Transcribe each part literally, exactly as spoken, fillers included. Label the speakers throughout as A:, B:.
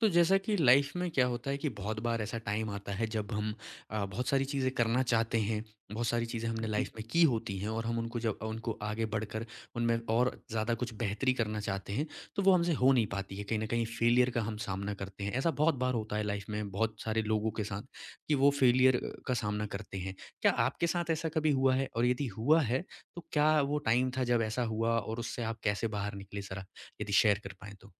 A: तो जैसा कि लाइफ में क्या होता है कि बहुत बार ऐसा टाइम आता है जब हम अ, बहुत सारी चीज़ें करना चाहते हैं, बहुत सारी चीज़ें हमने लाइफ में की होती हैं और हम उनको जब उनको आगे बढ़कर उनमें और ज़्यादा कुछ बेहतरी करना चाहते हैं, तो वो हमसे हो नहीं पाती है। कहीं न कहीं फेलियर का हम सामना करते हैं। ऐसा बहुत बार होता है लाइफ में बहुत सारे लोगों के साथ कि वो फेलियर अ, का सामना करते हैं। क्या आपके साथ ऐसा कभी हुआ है? और यदि हुआ है, तो क्या वो टाइम था जब ऐसा हुआ और उससे आप कैसे बाहर निकले ज़रा, यदि शेयर कर पाएँ तो?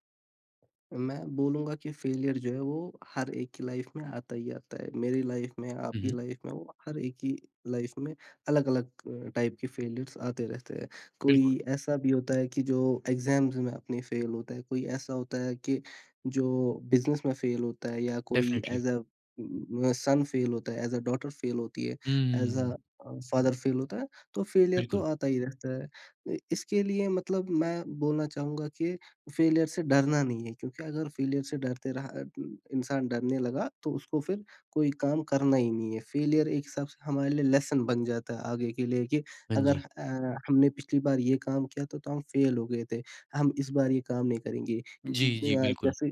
B: मैं बोलूँगा कि फेलियर जो है वो हर एक की लाइफ में आता ही आता है। मेरी लाइफ में,
A: हुँ,
B: आपकी
A: हुँ।
B: लाइफ में, वो हर एक की लाइफ में अलग-अलग अ, टाइप के फेलियर्स आते रहते हैं। कोई
A: बिल्कुल,
B: ऐसा भी होता है कि जो एग्ज़ाम्स में अपने फेल होता है, कोई ऐसा होता है कि जो बिज़नेस में फेल होता है या कोई
A: definitely.
B: As a um, uh, son fail होता है, ऐज़ अ डॉटर फेल होती है, as a
A: hmm,
B: uh, father fail होता है, तो फेलियर तो
A: बिल्कुल।
B: आता ही रहता है। इ इसके लिए मतलब मैं बोलना चाहूँगा कि फेलियर से डरना नहीं है क्योंकि अगर फेलियर से डरते रहा इंसान डरने लगा तो उसको फिर कोई काम करना ही नहीं है। फेलियर एक हिसाब से हमारे लिए लेसन बन जाता है आगे के लिए कि
A: हाँ
B: अगर
A: जी।
B: अ, हमने पिछली बार ये काम किया तो तो हम फेल हो गए थे, हम इस बार ये काम नहीं करेंगे। अ,
A: जी, जी, बिल्कुल।
B: जैसे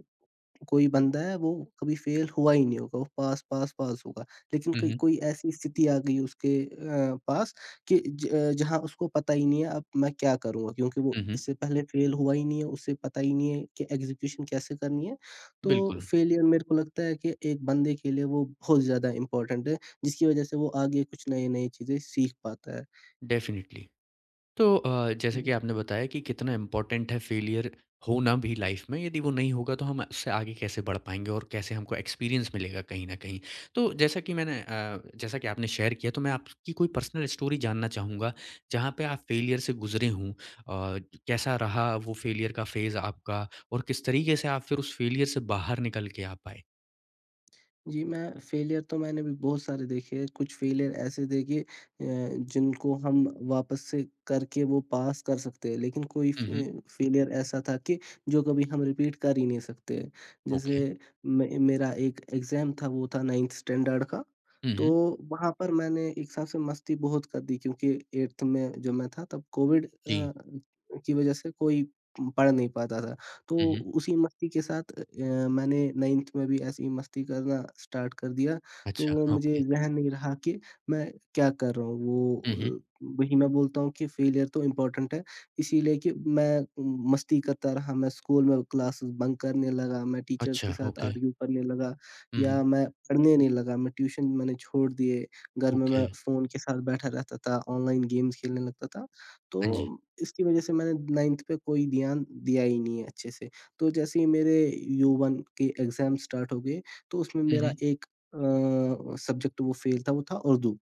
B: कोई बंदा है वो कभी फेल हुआ ही नहीं होगा, वो पास, पास, पास होगा। लेकिन
A: हुँ,
B: कई
A: हुँ।
B: कोई ऐसी स्थिति आ गई उसके अ, पास कि ज अ, जहाँ उसको पता ही नहीं है अब मैं क्या करूँगा? क्योंकि वो
A: हुँ, हुँ।
B: इससे पहले फेल हुआ ही नहीं है, उसे पता ही नहीं है कि एग्ज़ीक्यूशन कैसे करनी है। तो
A: बिल्कुल,
B: फेलियर मेरे को लगता है कि एक बंदे के लिए वो बहुत ज़्यादा इम्पोर्टेंट है, जिसकी वज़ह से वो आगे कुछ नए-नए चीज़ें सीख पाता है।
A: डेफ़िनिटली। तो अ, जैसे कि
B: हुँ।
A: आपने बताया कि कितना इम्पोर्टेंट है फेलियर होना भी लाइफ़ में, यदि वो नहीं होगा तो हम उससे आगे कैसे बढ़ पाएँगे और कैसे हमको एक्सपीरियंस मिलेगा कहीं न कहीं। तो जैसा कि मैंने अ, जैसा कि आपने शेयर किया तो मैं आपकी कोई पर्सनल स्टोरी जानना चाहूँगा, जहाँ पे आप फेलियर से गुज़रे हों। अ, कैसा रहा वो फेलियर का फ़ेज़ आपका और किस तरीके से आप फिर उस फेलियर से बाहर निकल के आ पाए?
B: जी, मैं फेलियर तो मैंने भी बहुत सारे देखे हैं, कुछ फेलियर ऐसे देखे अ, जिनको हम वापस से करके वो पास कर सकते हैं, लेकिन कोई
A: हुँ, हुँ।
B: फे फेलियर ऐसा था कि जो कभी हम रिपीट कर ही नहीं सकते। जैसे
A: ओके।
B: मे मेरा एक एग्ज़ाम था, वो था नाइंथ स्टैंडर्ड का,
A: हुँ, हुँ।
B: तो वहाँ पर मैंने एक हिसाब से मस्ती बहुत कर दी क्योंकि एथ में जब मैं था तब कोविड
A: जी।
B: अ, की वज़ह से कोई पढ़ नहीं पाता था। तो
A: हुँ, हुँ।
B: उसी मस्ती के साथ अ, मैंने नाइंथ में भी ऐसे ही मस्ती करना स्टार्ट कर दिया, तो
A: अच्छा,
B: वो मुझे
A: ओके।
B: ज़हन नहीं रहा कि मैं क्या कर रहा हूँ।
A: हुँ,
B: वो
A: हुँ।
B: अ, वही मैं बोलता हूँ कि फेलियर तो इम्पोर्टेंट है, इसीलिए कि मैं उम, मस्ती करता रहा, मैं स्कूल में क्लासेस बंक करने लगा, मैं टीचर्स के
A: अच्छा,
B: साथ
A: ओके।
B: आर्ग्यू करने लगा
A: हुँ,
B: या
A: हुँ।
B: मैं पढ़ने नहीं लगा, मैं ट्यूशन मैंने छोड़ दिए, घर में
A: ओके,
B: मैं फ़ोन के साथ बैठा रहता था, ऑनलाइन गेम्स खेलने लगता था। तो
A: हाँ जी।
B: इसकी वज़ह से मैंने नाइंथ पे कोई ध्यान दिया ही नहीं है अच्छे से। तो जैसे ही मेरे यू-वन के एग्ज़ाम स्टार्ट हो गए, तो उसमें
A: हुँ,
B: मेरा
A: हुँ।
B: एक अ, सब्जेक्ट वो फ़ेल था, वो था उर्दू।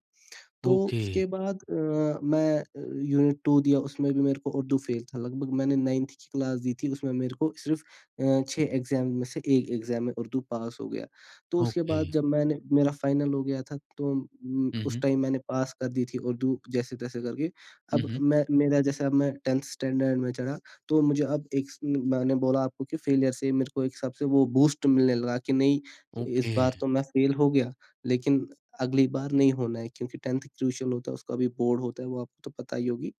B: तो
A: ओके,
B: उसके बाद अ, मैं अ, यूनिट टू दिया उसमें भी मेरे को उर्दू फ़ेल था लगभग मैंने नाइंथ की क्लास दी थी उसमें मेरे को सिर्फ़ अ, सिक्स एग्ज़ाम में से वन एग्ज़ाम में उर्दू पास हो गया। तो उसके
A: ओके।
B: बाद जब मैंने मेरा फाइनल हो गया था तो उम,
A: हुँ,
B: उस
A: हुँ।
B: टाइम मैंने पास कर दी थी उर्दू जैसे-तैसे करके।
A: हुँ,
B: अब
A: हुँ।
B: मैं मेरा जैसे अब मैं टेंथ स्टैंडर्ड में चढ़ा तो मुझे अब एक स मैंने बोला आपको कि फ़ेलियर से मेरे को एक हिसाब से वो बूस्ट मिलने लगा कि नहीं, इस
A: ओके।
B: बार तो मैं फ़ेल हो गया लेकिन अगली बार नहीं होना है क्योंकि टेंथ क्रूशियल होता है उसका भी बोर्ड होता है वो आपको तो पता ही होगी।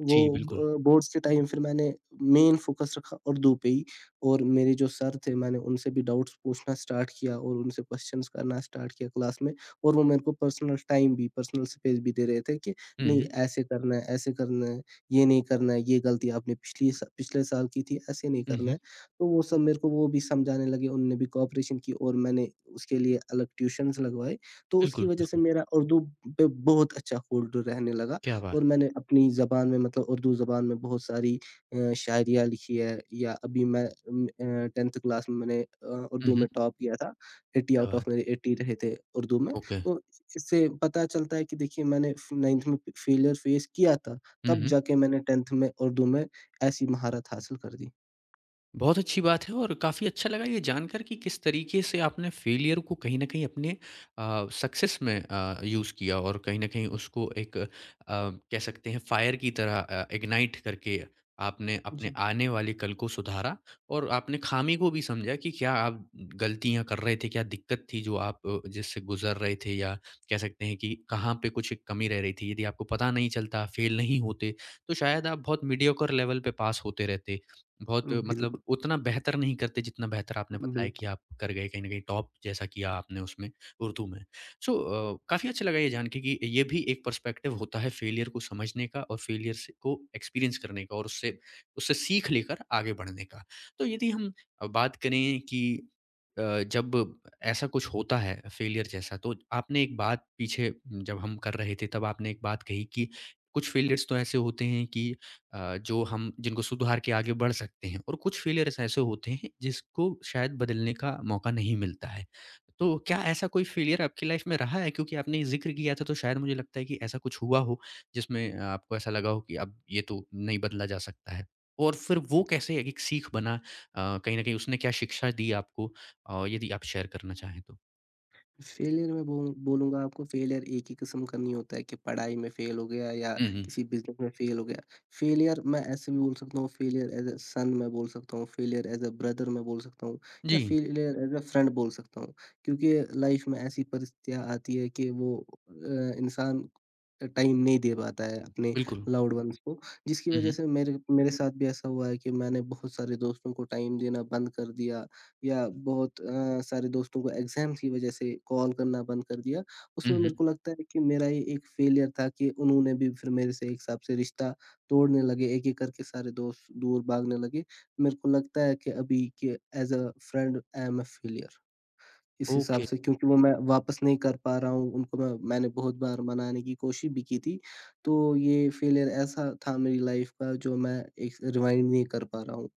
B: वो
A: जी, बिल्कुल।
B: ब बोर्ड्स के टाइम फिर मैंने मेन फ़ोकस रखा उर्दू पे ही और मेरे जो सर थे मैंने उनसे भी डाउट्स पूछना स्टार्ट किया और उनसे क्वेश्चन्स करना स्टार्ट किया क्लास में और वो मेरे को पर्सनल टाइम भी, पर्सनल स्पेस भी दे रहे थे कि
A: हुँ,
B: नहीं
A: हुँ।
B: ऐसे करना है, ऐसे करना है, ये नहीं करना है, ये गलती आपने पिछली स पिछले साल की थी, ऐसे नहीं
A: हुँ,
B: करना
A: हुँ।
B: है। तो वो सब मेरे को वो भी समझाने लगे, उन्होंने भी कोऑपरेशन की और मैंने उसके लिए अलग ट्यूशन्स लगवाए। तो उसकी
A: बिल्कुल,
B: वजह से
A: बिल्कुल।
B: मेरा उर्दू पे बहुत अच्छा होल्ड रहने लगा
A: क्या बात!
B: और मैंने अपनी ज़बान में मतलब उर्दू ज़बान में बहुत सारी अ, शायरियाँ लिखी है या अभी मैं उम, अ, टेंथ क्लास में मैंने अ,
A: हुँ,
B: उर्दू
A: हुँ।
B: में टॉप किया था। एटी
A: क्या
B: आउट ऑफ
A: बात
B: मेरे
A: है!
B: एटी रहे थे उर्दू में।
A: ओके।
B: तो इससे पता चलता है कि देखिए मैंने फ नाइंथ में फेलियर फेस किया था,
A: हुँ,
B: तब
A: हुँ।
B: जाके मैंने टेंथ में उर्दू में ऐसी महारत हासिल कर दी।
A: बहुत अच्छी बात है और काफ़ी अच्छा लगा ये जानकर कि किस तरीके से आपने फेलियर को कहीं न कहीं अपने अ, सक्सेस में अ, यूज़ किया और कहीं न कहीं उसको एक अ, कह सकते हैं फायर की तरह अ, इग्नाइट करके आपने अपने
B: जी,
A: आने वाले कल को सुधारा और आपने खामी को भी समझा कि क्या आप गलतियाँ कर रहे थे, क्या दिक्कत थी जो आप अ, जिससे गुज़र रहे थे या कह सकते हैं कि कहाँ पे कुछ एक कमी रह रही थी। यदि आपको पता नहीं चलता, फेल नहीं होते, तो शायद आप बहुत मीडियोकर लेवल पे पास होते रहते। बहुत मतलब
B: बिल्कुल,
A: उतना बेहतर नहीं करते जितना बेहतर आपने बताया कि
B: बिल्कुल।
A: आप कर गए कहीं न कहीं टॉप जैसा किया आपने उसमें उर्दू में। सो अ, काफ़ी अच्छा लगा ये जान के कि ये भी एक पर्सपेक्टिव होता है फेलियर को समझने का और फेलियर से को एक्सपीरियंस करने का और उससे उससे सीख लेकर आगे बढ़ने का। तो यदि हम अ, बात करें कि अ, जब ऐसा कुछ होता है फेलियर जैसा तो आपने एक बात पीछे जब हम कर रहे थे तब आपने एक बात कही कि कुछ फेलियर्स तो ऐसे होते हैं कि अ, जो हम जिनको सुधार के आगे बढ़ सकते हैं और कुछ फेलियर्स ऐसे होते हैं जिसको शायद बदलने का मौका नहीं मिलता है। तो क्या ऐसा कोई फेलियर आपकी लाइफ में रहा है? क्योंकि आपने ज़िक्र किया था तो शायद मुझे लगता है कि ऐसा कुछ हुआ हो जिसमें आपको ऐसा लगा हो कि अब ये तो नहीं बदला जा सकता है। और फिर वो कैसे एक सीख बना अ, कहीं न कहीं उसने क्या शिक्षा दी आपको? अ, यदि आप शेयर करना चाहें तो?
B: फेलियर मैं बोल बोलूँगा आपको फेलियर एक ही किस्म का नहीं होता है कि पढ़ाई में फेल हो गया या
A: हुँ, हुँ।
B: किसी बिज़नेस में फेल हो गया। फेलियर मैं ऐसे भी बोल सकता हूँ, फेलियर एज़ अ सन मैं बोल सकता हूँ, फेलियर एज़ अ ब्रदर मैं बोल सकता हूँ या
A: जी,
B: फेलियर एज़ अ फ्रेंड बोल सकता हूँ। क्योंकि लाइफ़ में ऐसी परिस्थितियाँ आती है कि वो अ, इंसान टाइम नहीं दे पाता है अपने
A: बिल्कुल।
B: लाउड वन्स को, जिसकी
A: हुँ,
B: वज़ह
A: हुँ।
B: से मेरे मेरे साथ भी ऐसा हुआ है कि मैंने बहुत सारे दोस्तों को टाइम देना बंद कर दिया या बहुत अ, सारे दोस्तों को एग्ज़ाम की वज़ह से कॉल करना बंद कर दिया।
A: हुँ,
B: उसमें
A: हुँ।
B: मेरे को लगता है कि मेरा ये एक फ़ेलियर था कि उन्होंने भी फिर मेरे से एक हिसाब से रिश्ता तोड़ने लगे, एक-एक करके सारे दोस्त दूर भागने लगे। मेरे को लगता है कि अभी के as a friend I am a failure इस हिसाब
A: ओके।
B: से क्योंकि वो मैं वापस नहीं कर पा रहा हूँ, उनको मैं मैंने बहुत बार मनाने की कोशिश भी की थी। तो ये फ़ेलियर ऐसा था मेरी लाइफ़ का जो मैं एक रिवाइंड नहीं कर पा रहा हूँ।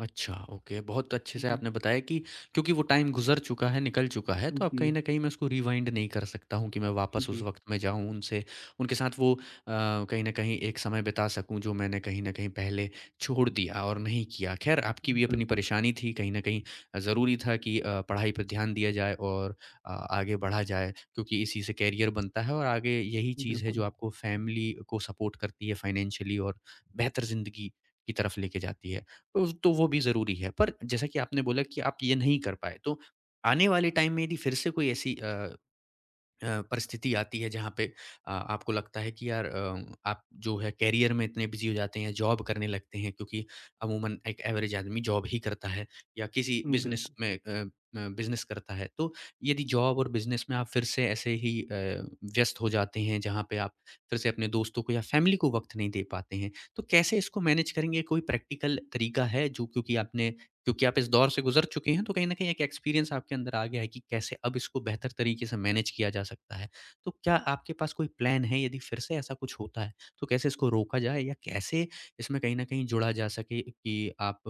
A: अच्छा, ओके। बहुत अच्छे से
B: जी,
A: आपने बताया कि क्योंकि वो टाइम गुज़र चुका है, निकल चुका है, तो अब
B: जी,
A: कहीं न कहीं मैं उसको रिवाइंड नहीं कर सकता हूँ कि मैं वापस उस
B: जी,
A: वक़्त में जाऊँ, उनसे उनके साथ वो अ, कहीं न कहीं एक समय बिता सकूँ, जो मैंने कहीं न कहीं पहले छोड़ दिया और नहीं किया। ख़ैर, आपकी भी अपनी
B: बिल्कुल।
A: परेशानी थी, कहीं न कहीं अ, ज़रूरी था कि अ, पढ़ाई पे ध्यान दिया जाए और अ, आगे बढ़ा जाए, क्योंकि इसी से करियर बनता है और आगे यही चीज़ है, जो
B: बिल्कुल,
A: आपको फ़ैमिली को सपोर्ट करती है फ़ाइनेंशियली और बेहतर ज़िंदगी की तरफ लेके जाती है। उस तो वो भी ज़रूरी है। पर जैसा कि आपने बोला कि आप ये नहीं कर पाए, तो आने वाले टाइम में यदि फिर से कोई ऐसी अ, अ, परिस्थिति आती है जहाँ पे अ, आपको लगता है कि यार अ, आप जो है करियर में इतने बिजी हो जाते हैं, जॉब करने लगते हैं क्योंकि अमूमन एक एवरेज आदमी जॉब ही करता है या किसी बिज़नेस
B: बिल्कुल।
A: में अ, अ, बिज़नेस करता है। तो यदि जॉब और बिज़नेस में आप फिर से ऐसे ही अ, व्यस्त हो जाते हैं जहाँ पे आप फिर से अपने दोस्तों को या फ़ैमिली को वक़्त नहीं दे पाते हैं, तो कैसे इसको मैनेज करेंगे? कोई प्रैक्टिकल तरीका है जो क्योंकि आपने क्योंकि आप इस दौर से गुज़र चुके हैं, तो कहीं न कहीं एक एक्सपीरियंस आपके अंदर आ गया है कि कैसे अब इसको बेहतर तरीके से मैनेज किया जा सकता है। तो क्या आपके पास कोई प्लान है, यदि फिर से ऐसा कुछ होता है, तो कैसे इसको रोका जाए या कैसे इसमें कहीं न कहीं जुड़ा जा सके कि आप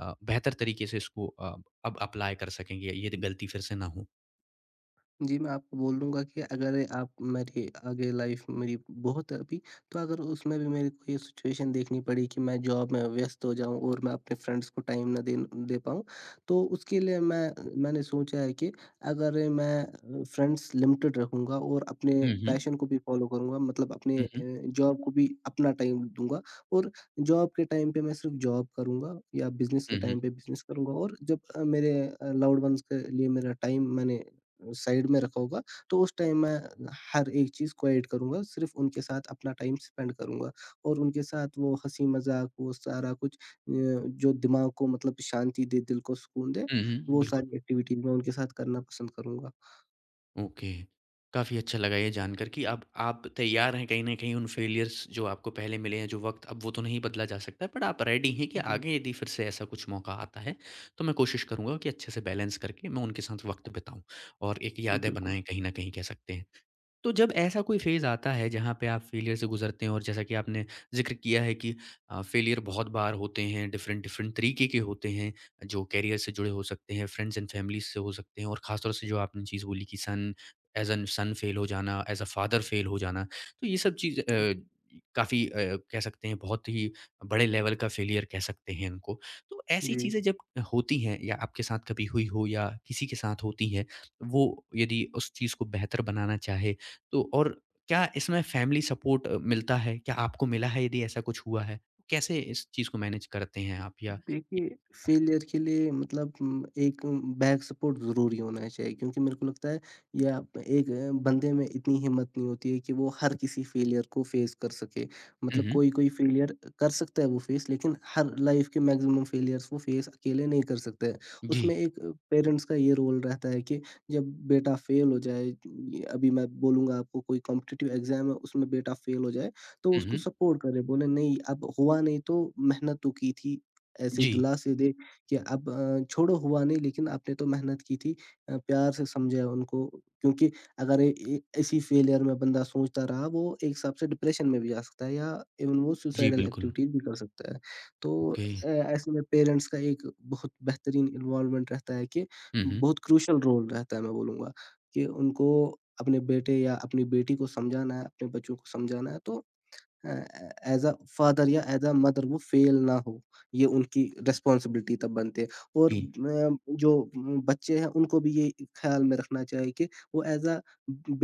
A: अ, बेहतर तरीके से इसको अ, अब अप्लाई कर सकेंगे, ये गलती फिर से ना हो?
B: जी, मैं आपको बोल दूँगा कि अगर आप मेरी आगे लाइफ़ मेरी बहुत है अभी, तो अगर उसमें भी मेरे को ये सिचुएशन देखनी पड़ी कि मैं जॉब में व्यस्त हो जाऊँ और मैं अपने फ्रेंड्स को टाइम ना दे दे पाऊँ, तो उसके लिए मैं मैंने सोचा है कि अगर मैं अ, फ्रेंड्स लिमिटेड रखूँगा और अपने
A: हुँ, हुँ।
B: पैशन को भी फ़ॉलो करूँगा मतलब अपने
A: हुँ,
B: अ,
A: हुँ।
B: जॉब को भी अपना टाइम दूँगा और जॉब के टाइम पे मैं सिर्फ़ जॉब करूँगा या बिज़नेस के
A: हुँ, हुँ।
B: टाइम पे बिज़नेस करूँगा और जब अ, मेरे अ, लव्ड वन्स के लिए मेरा टाइम मैंने साइड में रखा होगा, तो उस टाइम मैं हर एक चीज़ को ऐड करूँगा, सिर्फ़ उनके साथ अपना टाइम स्पेंड करूँगा और उनके साथ वो हँसी-मज़ाक, वो सारा कुछ अ, जो दिमाग को मतलब शांति दे, दिल को सुकून दे,
A: हुँ, हुँ।
B: वो
A: बिल्कुल।
B: सारी एक्टिविटीज़ मैं उनके साथ करना पसंद करूँगा।
A: ओके। काफ़ी अच्छा लगा ये जानकर कि अब आप तैयार हैं कहीं न कहीं उन फेलियर्स जो आपको पहले मिले हैं, जो वक़्त अब वो तो नहीं बदला जा सकता, बट आप रेडी हैं कि
B: जी,
A: आगे यदि फिर से ऐसा कुछ मौका आता है, तो मैं कोशिश करूँगा कि अच्छे से बैलेंस करके मैं उनके साथ वक़्त बिताऊँ और एक यादें
B: बिल्कुल।
A: बनाएँ कहीं न कहीं कह सकते हैं। तो जब ऐसा कोई फ़ेज़ आता है जहाँ पे आप फ़ेलियर से गुज़रते हैं और जैसा कि आपने ज़िक्र किया है कि अ, फ़ेलियर बहुत बार होते हैं, डिफ़रेंट डिफ़रेंट तरीके के होते हैं, जो करियर से जुड़े हो सकते हैं, फ्रेंड्स एंड फ़ैमिली से हो सकते हैं और ख़ास तौर से जो आपने चीज़ बोली कि son as an son fail हो जाना, एज़ अ फ़ादर फ़ेल हो जाना। तो ये सब चीज़ अ, काफ़ी अ, कह सकते हैं बहुत ही बड़े लेवल का फ़ेलियर कह सकते हैं इनको। तो ऐसी
B: जी।
A: चीज़ें जब होती हैं या आपके साथ कभी हुई हो या किसी के साथ होती हैं, वो यदि उस चीज़ को बेहतर बनाना चाहे तो और क्या इसमें फैमिली सपोर्ट अ, मिलता है? क्या आपको मिला है यदि ऐसा कुछ हुआ है? कैसे इस चीज़ को मैनेज करते हैं आप या
B: देखिए, फेलियर के लिए मतलब उम, एक बैक सपोर्ट ज़रूरी होना चाहिए क्योंकि मेरे को लगता है या एक अ, बंदे में इतनी हिम्मत नहीं होती है कि वो हर किसी फेलियर को फेस कर सके।
A: हुँ,
B: मतलब
A: हुँ।
B: कोई-कोई फेलियर कर सकता है वो फेस लेकिन हर लाइफ़ के मैक्सिमम फेलियर्स वो फेस अकेले नहीं कर सकता है।
A: जी।
B: उसमें एक पेरेंट्स का ये रोल रहता है कि जब बेटा फेल हो जाए ये अभी मैं बोलूँगा आपको कोई कॉम्पिटिटिव एग्ज़ाम है उसमें बेटा फेल हो जाए, तो
A: हुँ,
B: उसको
A: हुँ।
B: सपोर्ट करें, बोले नहीं अब हुआ नहीं तो मेहनत तो की थी। ऐसी
A: जी।
B: दिलासे दे कि अब अ, छोड़ो हुआ नहीं लेकिन आपने तो मेहनत की थी अ, प्यार से समझाया उनको क्योंकि अगर ए ए इसी फ़ेलियर में बंदा सोचता रहा वो एक हिसाब से डिप्रेशन में भी जा सकता है या इवन वो
A: जी,
B: सुसाइडल
A: बिल्कुल।
B: एक्टिविटीज़ भी कर सकता है। तो
A: ओके।
B: अ, ऐसे में पेरेंट्स का एक बहुत बेहतरीन इन्वॉल्वमेंट रहता है कि
A: हुँ, हुँ।
B: बहुत क्रूशियल रोल रहता है मैं बोलूँगा कि उनको अपने बेटे या अपनी बेटी को समझाना है, अपने बच्चों को समझाना है तो अ, एज़ अ फादर या एज़ अ मदर वो फ़ेल ना हो, ये उनकी रिस्पॉन्सिबिलिटी तब बनती है और
A: जी।
B: अ, जो उम, बच्चे हैं उनको भी ये ख़्याल में रखना चाहिए कि वो एज़ अ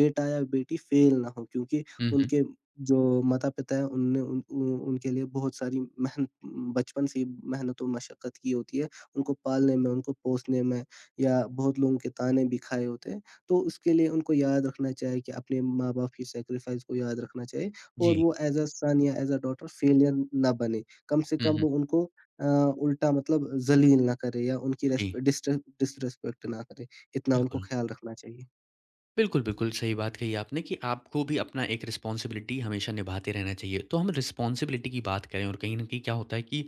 B: बेटा या बेटी फ़ेल ना हो क्योंकि
A: हुँ, हुँ।
B: उनके जो माता-पिता हैं उनने उन उन उनके लिए बहुत सारी मेहनत बचपन से ही मेहनत और मशक्कत की होती है, उनको पालने में, उनको पोसने में या बहुत लोगों के ताने भी खाए होते हैं, तो उसके लिए उनको याद रखना चाहिए कि अपने माँ-बाप की सैक्रिफ़ाइस को याद रखना चाहिए और
A: जी।
B: वो एज़ अ सन या एज़ अ डॉटर फेलियर ना बने। कम से
A: हुँ,
B: कम
A: हुँ।
B: वो उनको अ, उल्टा मतलब ज़लील ना करे या उनकी रेस्प
A: जी,
B: डिस्र डिसरिस्पेक्ट ना करे। इतना उनको
A: बिल्कुल।
B: ख़्याल रखना चाहिए।
A: बिल्कुल, बिल्कुल, सही बात कही आपने कि आपको भी अपना एक रिस्पॉन्सिबिलिटी हमेशा निभाते रहना चाहिए। तो हम रिस्पॉन्सिबिलिटी की बात करें और कहीं न कहीं क्या होता है कि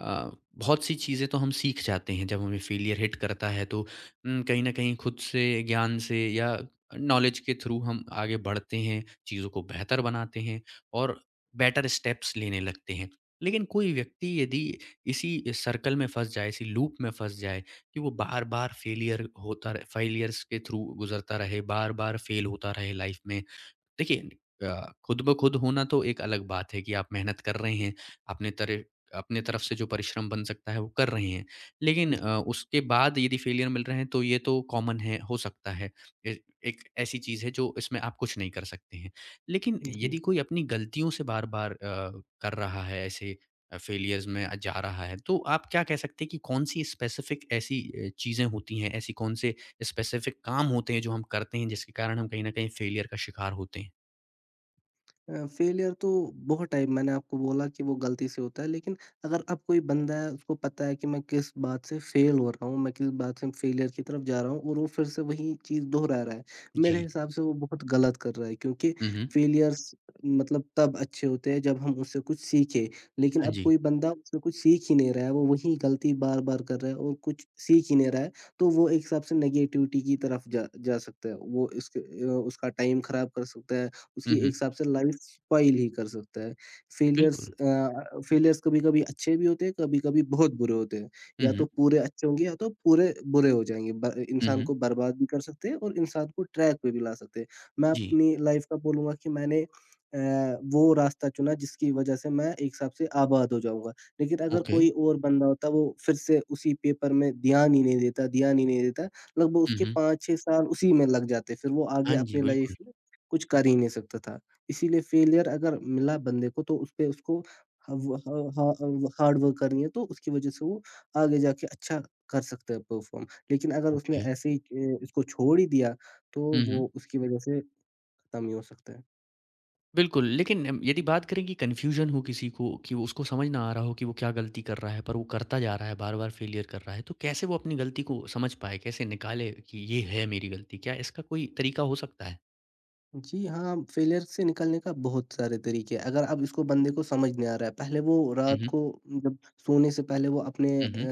A: अ, बहुत सी चीज़ें तो हम सीख जाते हैं जब हमें फेलियर हिट करता है तो उम, कहीं न कहीं खुद से, ज्ञान से या नॉलेज के थ्रू हम आगे बढ़ते हैं, चीज़ों को बेहतर बनाते हैं और बेटर स्टेप्स लेने लगते हैं। लेकिन कोई व्यक्ति यदि इसी सर्कल में फँस जाए, इसी लूप में फँस जाए कि वो बार-बार फेलियर होता रहे फेलियर्स के थ्रू गुज़रता रहे, बार-बार फेल होता रहे लाइफ में। देखिए अ, खुद ब खुद होना तो एक अलग बात है कि आप मेहनत कर रहे हैं, अपने तरह अपने तरफ से जो परिश्रम बन सकता है वो कर रहे हैं। लेकिन
B: जी,
A: अ, उसके बाद यदि फेलियर मिल रहे हैं तो ये तो कॉमन है, हो सकता है। ए एक ऐसी चीज़ है जो इसमें आप कुछ नहीं कर सकते हैं। लेकिन
B: जी।
A: यदि कोई अपनी गलतियों से बार-बार अ, कर रहा है ऐसे अ, फेलियर्स में अ, जा रहा है, तो आप क्या कह सकते हैं कि कौन-सी स्पेसिफिक ऐसी अ, चीज़ें होती हैं, ऐसी कौन से स्पेसिफिक काम होते हैं जो हम करते हैं जिसके कारण हम कहीं न कहीं फेलियर का शिकार होते हैं?
B: अ, फेलियर तो बहुत टाइम मैंने आपको बोला कि वो गलती से होता है, लेकिन अगर अब कोई बंदा है, उसको पता है कि मैं किस बात से फेल हो रहा हूँ, मैं किस बात से फेलियर की तरफ जा रहा हूँ और वो फिर से वही चीज़ दोहरा रहा है, मेरे
A: जी।
B: हिसाब से वो बहुत गलत कर रहा है क्योंकि
A: हुँ, हुँ।
B: फेलियर्स मतलब तब अच्छे होते हैं जब हम उससे कुछ सीखें, लेकिन
A: हाँ
B: अब
A: जी।
B: कोई बंदा उससे कुछ सीख ही नहीं रहा है, वो वही गलती बार-बार कर रहा है और कुछ सीख ही नहीं रहा है, तो वो एक हिसाब से नेगेटिविटी की तरफ जा जा सकता है। वो इसके अ, उसका टाइम खराब कर सकता है, उसकी
A: हुँ,
B: एक
A: हुँ।
B: हिसाब से लाइफ स्पाइल ही कर सकता है। फेलियर्स
A: बिल्कुल।
B: अ अ, फेलियर्स कभी-कभी अच्छे भी होते हैं, कभी-कभी बहुत बुरे होते हैं।
A: हुँ,
B: या तो
A: हुँ।
B: पूरे अच्छे होंगे या तो पूरे बुरे हो जाएँगे। ब
A: हुँ,
B: इंसान
A: हुँ।
B: को बर्बाद भी कर सकते हैं और इंसान को ट्रैक पे भी ला सकते हैं। मैं
A: जी।
B: अपनी लाइफ का बोलूँगा कि मैंने अ, वो रास्ता चुना जिसकी वज़ह से मैं एक हिसाब से आबाद हो जाऊँगा। लेकिन अगर
A: ओके।
B: कोई और बंदा होता वो फिर से उसी पेपर में ध्यान ही नहीं देता ध्यान ही नहीं देता, लगभग
A: हुँ,
B: उसके
A: हुँ।
B: पाँच छह साल उसी में लग जाते। फिर वो आगे
A: हाँ जी,
B: अपनी लाइफ
A: बिल्कुल।
B: कुछ कर ही नहीं सकता था। इसीलिए फेलियर अगर मिला बंदे को तो उसपे उसको हव ह ह अव हार्ड वर्क करनी है तो उसकी वज़ह से वो आगे जाके अच्छा कर सकता है परफ़ॉर्म। लेकिन अगर उसने
A: ओके।
B: ऐसे ही अ, इसको छोड़ ही दिया तो
A: हुँ, हुँ।
B: वो उसकी वज़ह से खत्म ही हो सकता है।
A: बिल्कुल, लेकिन अम, यदि बात करें कि कन्फ्यूज़न हो किसी को कि वो उसको समझ ना आ रहा हो कि वो क्या गलती कर रहा है, पर वो करता जा रहा है, बार-बार फ़ेलियर कर रहा है, तो कैसे वो अपनी गलती को समझ पाए? कैसे निकाले कि ये है मेरी गलती? क्या इसका कोई तरीका हो सकता है?
B: जी हाँ, फेलियर से निकलने का बहुत सारे तरीके हैं, अगर अब इसको बंदे को समझ नहीं आ रहा है, पहले वो
A: हुँ,
B: रात को
A: हुँ।
B: जब सोने से पहले वो अपने अ,
A: हुँ, हुँ।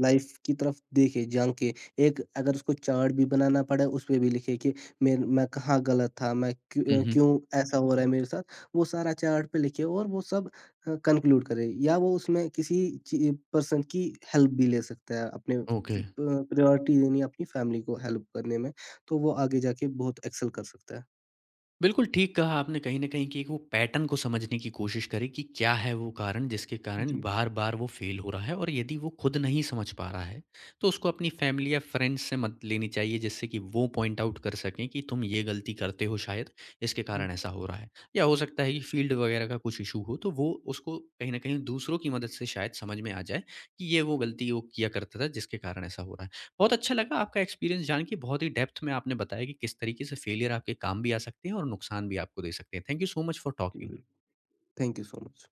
B: लाइफ़ की तरफ देखे, झाँके, एक अगर उसको चार्ट भी बनाना पड़े, उसपे भी लिखे कि मेर मैं कहाँ गलत था, मैं
A: हुँ,
B: क्यों
A: हुँ।
B: क्यों ऐसा हो रहा है मेरे साथ, वो सारा चार्ट पे लिखे और वो सब अ, कन्क्लूड करे या वो उसमें किसी ची पर्सन की हेल्प भी ले सकता है, अपने प
A: ओके।
B: प्रायोरिटी देनी है अपनी फैमिली को हेल्प करने में, तो वो आगे जाके बहुत एक्सेल कर सकता है।
A: बिल्कुल ठीक कहा आपने कहीं न कहीं कि एक वो पैटर्न को समझने की कोशिश करें कि क्या है वो कारण जिसके कारण
B: जी,
A: बार-बार वो फ़ेल हो रहा है और यदि वो खुद नहीं समझ पा रहा है, तो उसको अपनी फ़ैमिली या फ्रेंड्स से मदद लेनी चाहिए जिससे कि वो पॉइंट आउट कर सकें कि तुम ये गलती करते हो शायद, इसके कारण
B: जी,
A: ऐसा हो रहा है। या हो सकता है कि फ़ील्ड वगैरह का कुछ इश्यू हो तो वो उसको कहीं न कहीं दूसरों की मदद से शायद समझ में आ जाए कि ये वो गलती वो किया करता था जिसके कारण ऐसा हो रहा है। बहुत अच्छा लगा आपका एक्सपीरियंस जान के, बहुत ही डेप्थ में आपने बताया कि किस तरीके से फेलियर आपके काम भी आ सकते हैं और नुकसान भी आपको दे सकते हैं। Thank you so much for
B: जी,
A: टॉकिंग।
B: बिल्कुल। Thank you so much.